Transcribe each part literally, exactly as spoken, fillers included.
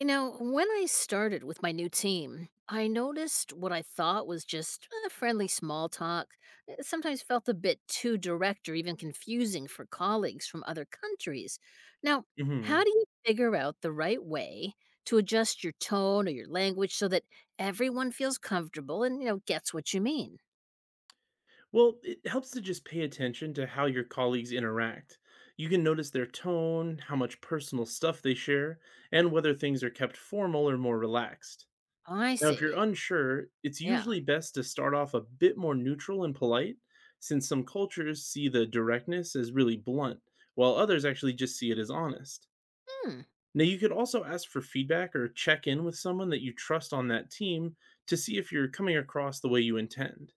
You know, when I started with my new team, I noticed what I thought was just uh, friendly small talk. uh, Sometimes felt a bit too direct or even confusing for colleagues from other countries. Now, how Mhm. do you figure out the right way to adjust your tone or your language so that everyone feels comfortable and, you know, gets what you mean? Well, it helps to just pay attention to how your colleagues interact. You can notice their tone, how much personal stuff they share, and whether things are kept formal or more relaxed. I Now, if you're see. unsure, it's Yeah. usually best to start off a bit more neutral and polite, since some cultures see the directness as really blunt, while others actually just see it as honest. Hmm. Now, you could also ask for feedback or check in with someone that you trust on that team to see if you're coming across the way you intend.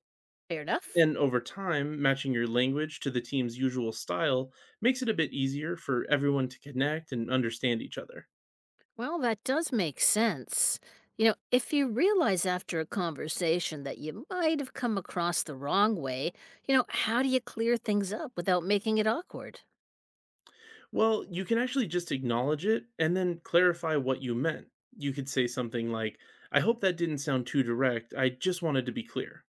Fair enough. And over time, matching your language to the team's usual style makes it a bit easier for everyone to connect and understand each other. Well, that does make sense. You know, if you realize after a conversation that you might have come across the wrong way, you know, how do you clear things up without making it awkward? Well, you can actually just acknowledge it and then clarify what you meant. You could say something like, I hope that didn't sound too direct. I just wanted to be clear.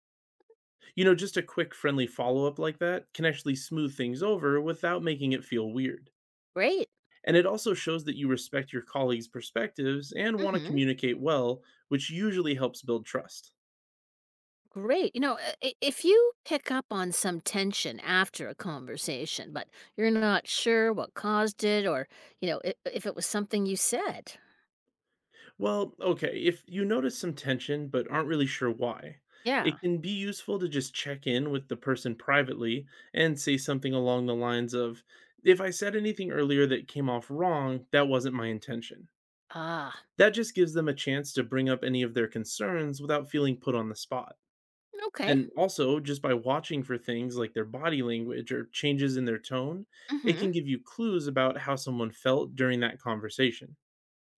You know, just a quick friendly follow up like that can actually smooth things over without making it feel weird. Great. And it also shows that you respect your colleagues' perspectives and want to Hmm. communicate well, which usually helps build trust. Great. You know, uh, i- if you pick up on some tension after a conversation, but you're not sure what caused it or, you know, if, if it was something you said. Well, okay, if you notice some tension but aren't really sure why, Yeah. it can be useful to just check in with the person privately and say something along the lines of, If I said anything earlier that came off wrong, that wasn't my intention. Ah, That just gives them a chance to bring up any of their concerns without feeling put on the spot. okay. And also, just by watching for things like their body language or changes in their tone, it Hmm. can give you clues about how someone felt during that conversation.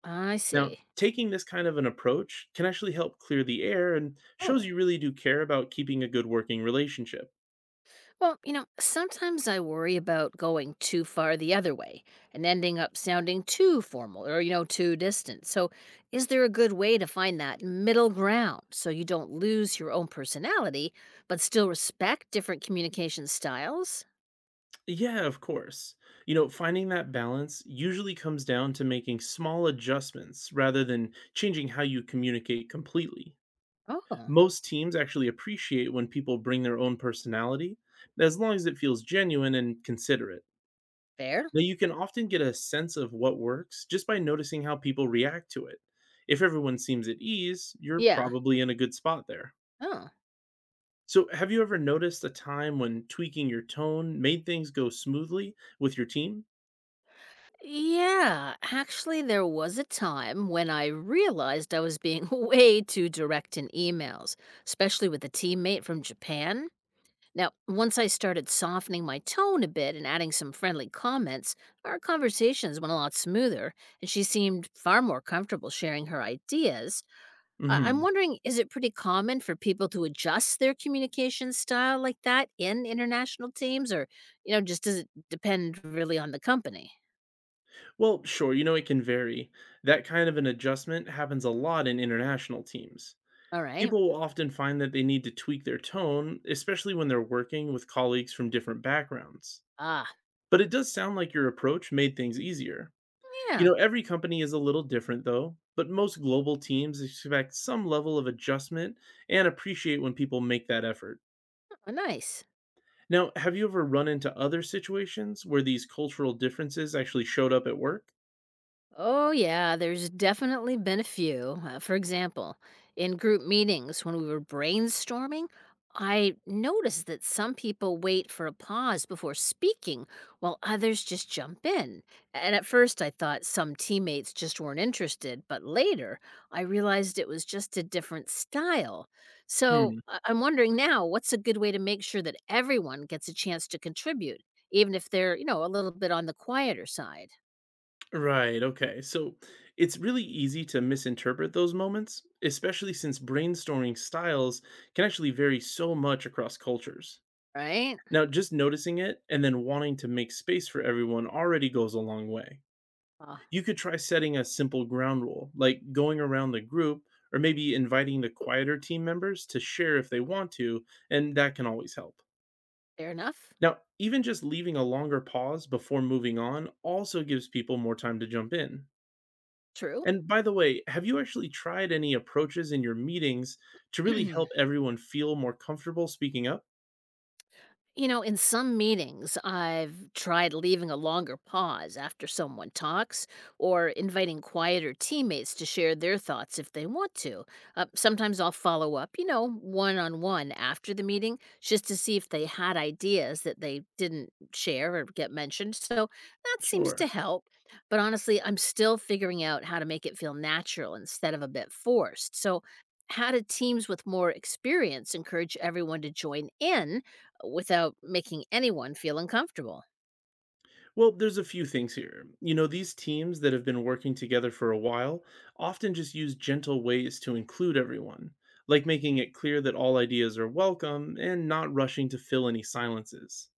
I Now, see. taking this kind of an approach can actually help clear the air and shows Oh, you really do care about keeping a good working relationship. well, you know, sometimes I worry about going too far the other way and ending up sounding too formal or, you know, too distant. So, is there a good way to find that middle ground so you don't lose your own personality, but still respect different communication styles? Yeah, of course. You know, finding that balance usually comes down to making small adjustments rather than changing how you communicate completely. Oh, Most teams actually appreciate when people bring their own personality, as long as it feels genuine and considerate. fair. Now, you can often get a sense of what works just by noticing how people react to it. If everyone seems at ease, you're Yeah. probably in a good spot there. Oh. So, have you ever noticed a time when tweaking your tone made things go smoothly with your team? Yeah, actually, there was a time when I realized I was being way too direct in emails, especially with a teammate from Japan. Now, once I started softening my tone a bit and adding some friendly comments, our conversations went a lot smoother, and she seemed far more comfortable sharing her ideas. I- I'm Hmm. wondering, is it pretty common for people to adjust their communication style like that in international teams, or, you know, just does it depend really on the company? Well, sure, you know, it can vary. That kind of an adjustment happens a lot in international teams. All right. People will often find that they need to tweak their tone, especially when they're working with colleagues from different backgrounds. Ah, But it does sound like your approach made things easier. You yeah. know, every company is a little different though, but most global teams expect some level of adjustment and appreciate when people make that effort. Oh, nice. Now, have you ever run into other situations where these cultural differences actually showed up at work? Oh, yeah, there's definitely been a few. Uh, for example, in group meetings when we were brainstorming, I noticed that some people wait for a pause before speaking while others just jump in. And at first, I thought some teammates just weren't interested, but later I realized it was just a different style. So Hmm. I- I'm wondering now, what's a good way to make sure that everyone gets a chance to contribute, even if they're, you know, a little bit on the quieter side, Right. Okay. So it's really easy to misinterpret those moments, especially since brainstorming styles can actually vary so much across cultures. right? Now, just noticing it and then wanting to make space for everyone already goes a long way. You could try setting a simple ground rule, like going around the group or maybe inviting the quieter team members to share if they want to, and that can always help. Fair enough. Now, even just leaving a longer pause before moving on also gives people more time to jump in. True. And by the way, have you actually tried any approaches in your meetings to really help everyone feel more comfortable speaking up? You know, in some meetings, I've tried leaving a longer pause after someone talks or inviting quieter teammates to share their thoughts if they want to. Uh, sometimes I'll follow up, you know, one on one after the meeting just to see if they had ideas that they didn't share or get mentioned. So that seems to Sure. help. But honestly, I'm still figuring out how to make it feel natural instead of a bit forced. So, how do teams with more experience encourage everyone to join in without making anyone feel uncomfortable? Well, there's a few things here. You know, these teams that have been working together for a while often just use gentle ways to include everyone, like making it clear that all ideas are welcome and not rushing to fill any silences.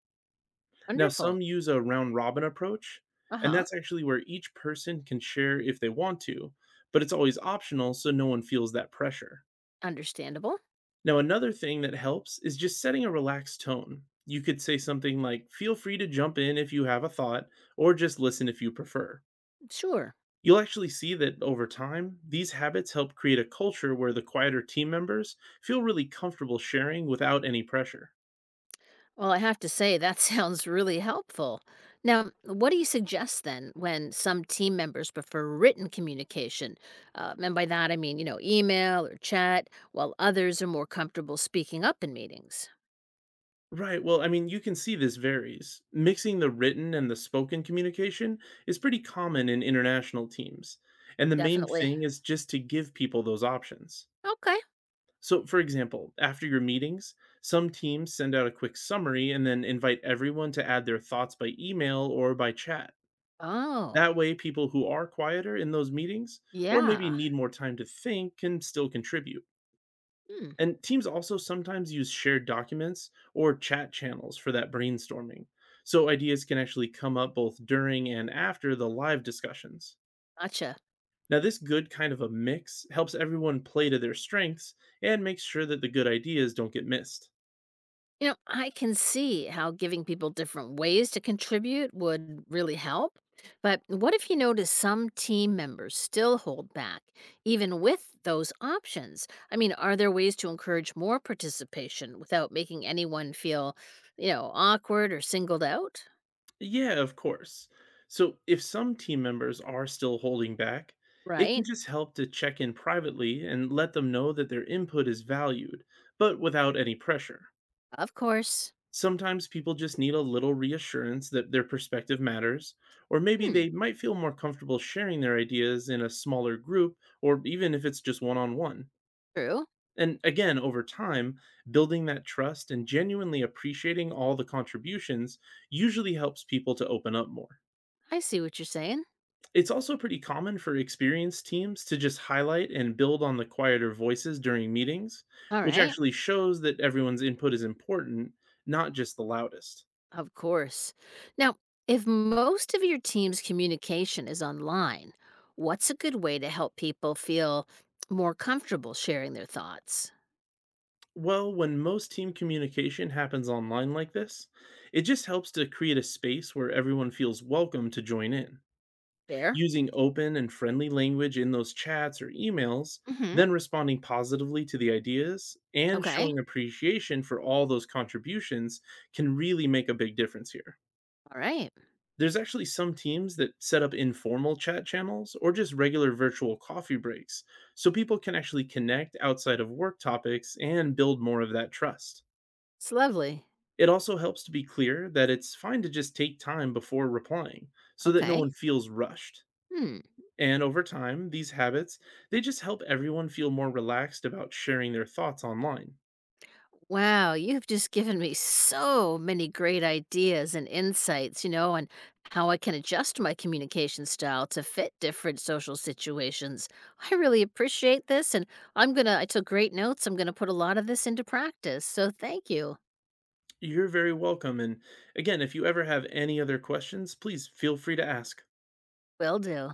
Now, Wonderful. some use a round robin approach, Uh and huh. that's actually where each person can share if they want to, but it's always optional so no one feels that pressure. Understandable. Now, another thing that helps is just setting a relaxed tone. You could say something like, feel free to jump in if you have a thought, or just listen if you prefer. Sure. You'll actually see that over time, these habits help create a culture where the quieter team members feel really comfortable sharing without any pressure. Well, I have to say, that sounds really helpful. Now, what do you suggest then when some team members prefer written communication? Um, and by that, I mean, you know, email or chat, while others are more comfortable speaking up in meetings. Right. Well, I mean, you can see this varies. Mixing the written and the spoken communication is pretty common in international teams. And the main Definitely. thing is just to give people those options. Okay. So, for example, after your meetings, some teams send out a quick summary and then invite everyone to add their thoughts by email or by chat. Oh, That way, people who are quieter in those meetings, or maybe yeah. need more time to think, can still contribute. Hmm. And teams also sometimes use shared documents or chat channels for that brainstorming. So ideas can actually come up both during and after the live discussions. Gotcha. Now, this good kind of a mix helps everyone play to their strengths and makes sure that the good ideas don't get missed. You know, I can see how giving people different ways to contribute would really help. But what if you notice some team members still hold back, even with those options? I mean, are there ways to encourage more participation without making anyone feel, you know, awkward or singled out? Yeah, of course. So, if some team members are still holding back, it can Right? just help to check in privately and let them know that their input is valued, but without any pressure. Of course. Sometimes people just need a little reassurance that their perspective matters, or maybe Hmm, they might feel more comfortable sharing their ideas in a smaller group, or even if it's just one on one. true. And again, over time, building that trust and genuinely appreciating all the contributions usually helps people to open up more. I see what you're saying. It's also pretty common for experienced teams to just highlight and build on the quieter voices during meetings, All which right. actually shows that everyone's input is important, not just the loudest. Of course. Now, if most of your team's communication is online, what's a good way to help people feel more comfortable sharing their thoughts? Well, when most team communication happens online like this, it just helps to create a space where everyone feels welcome to join in. Fair? Using open and friendly language in those chats or emails, Hmm. then responding positively to the ideas, and Okay. showing appreciation for all those contributions can really make a big difference here. All right. There's actually some teams that set up informal chat channels or just regular virtual coffee breaks so people can actually connect outside of work topics and build more of that trust. It's lovely. It also helps to be clear that it's fine to just take time before replying so that no Okay. one feels rushed. Hmm. And over time, these habits, they just help everyone feel more relaxed about sharing their thoughts online. Wow, you've just given me so many great ideas and insights, you know, on how I can adjust my communication style to fit different social situations. I really appreciate this. And I'm going to, I took great notes. I'm going to put a lot of this into practice. So thank you. You're very welcome, and again, if you ever have any other questions, please feel free to ask. Will do.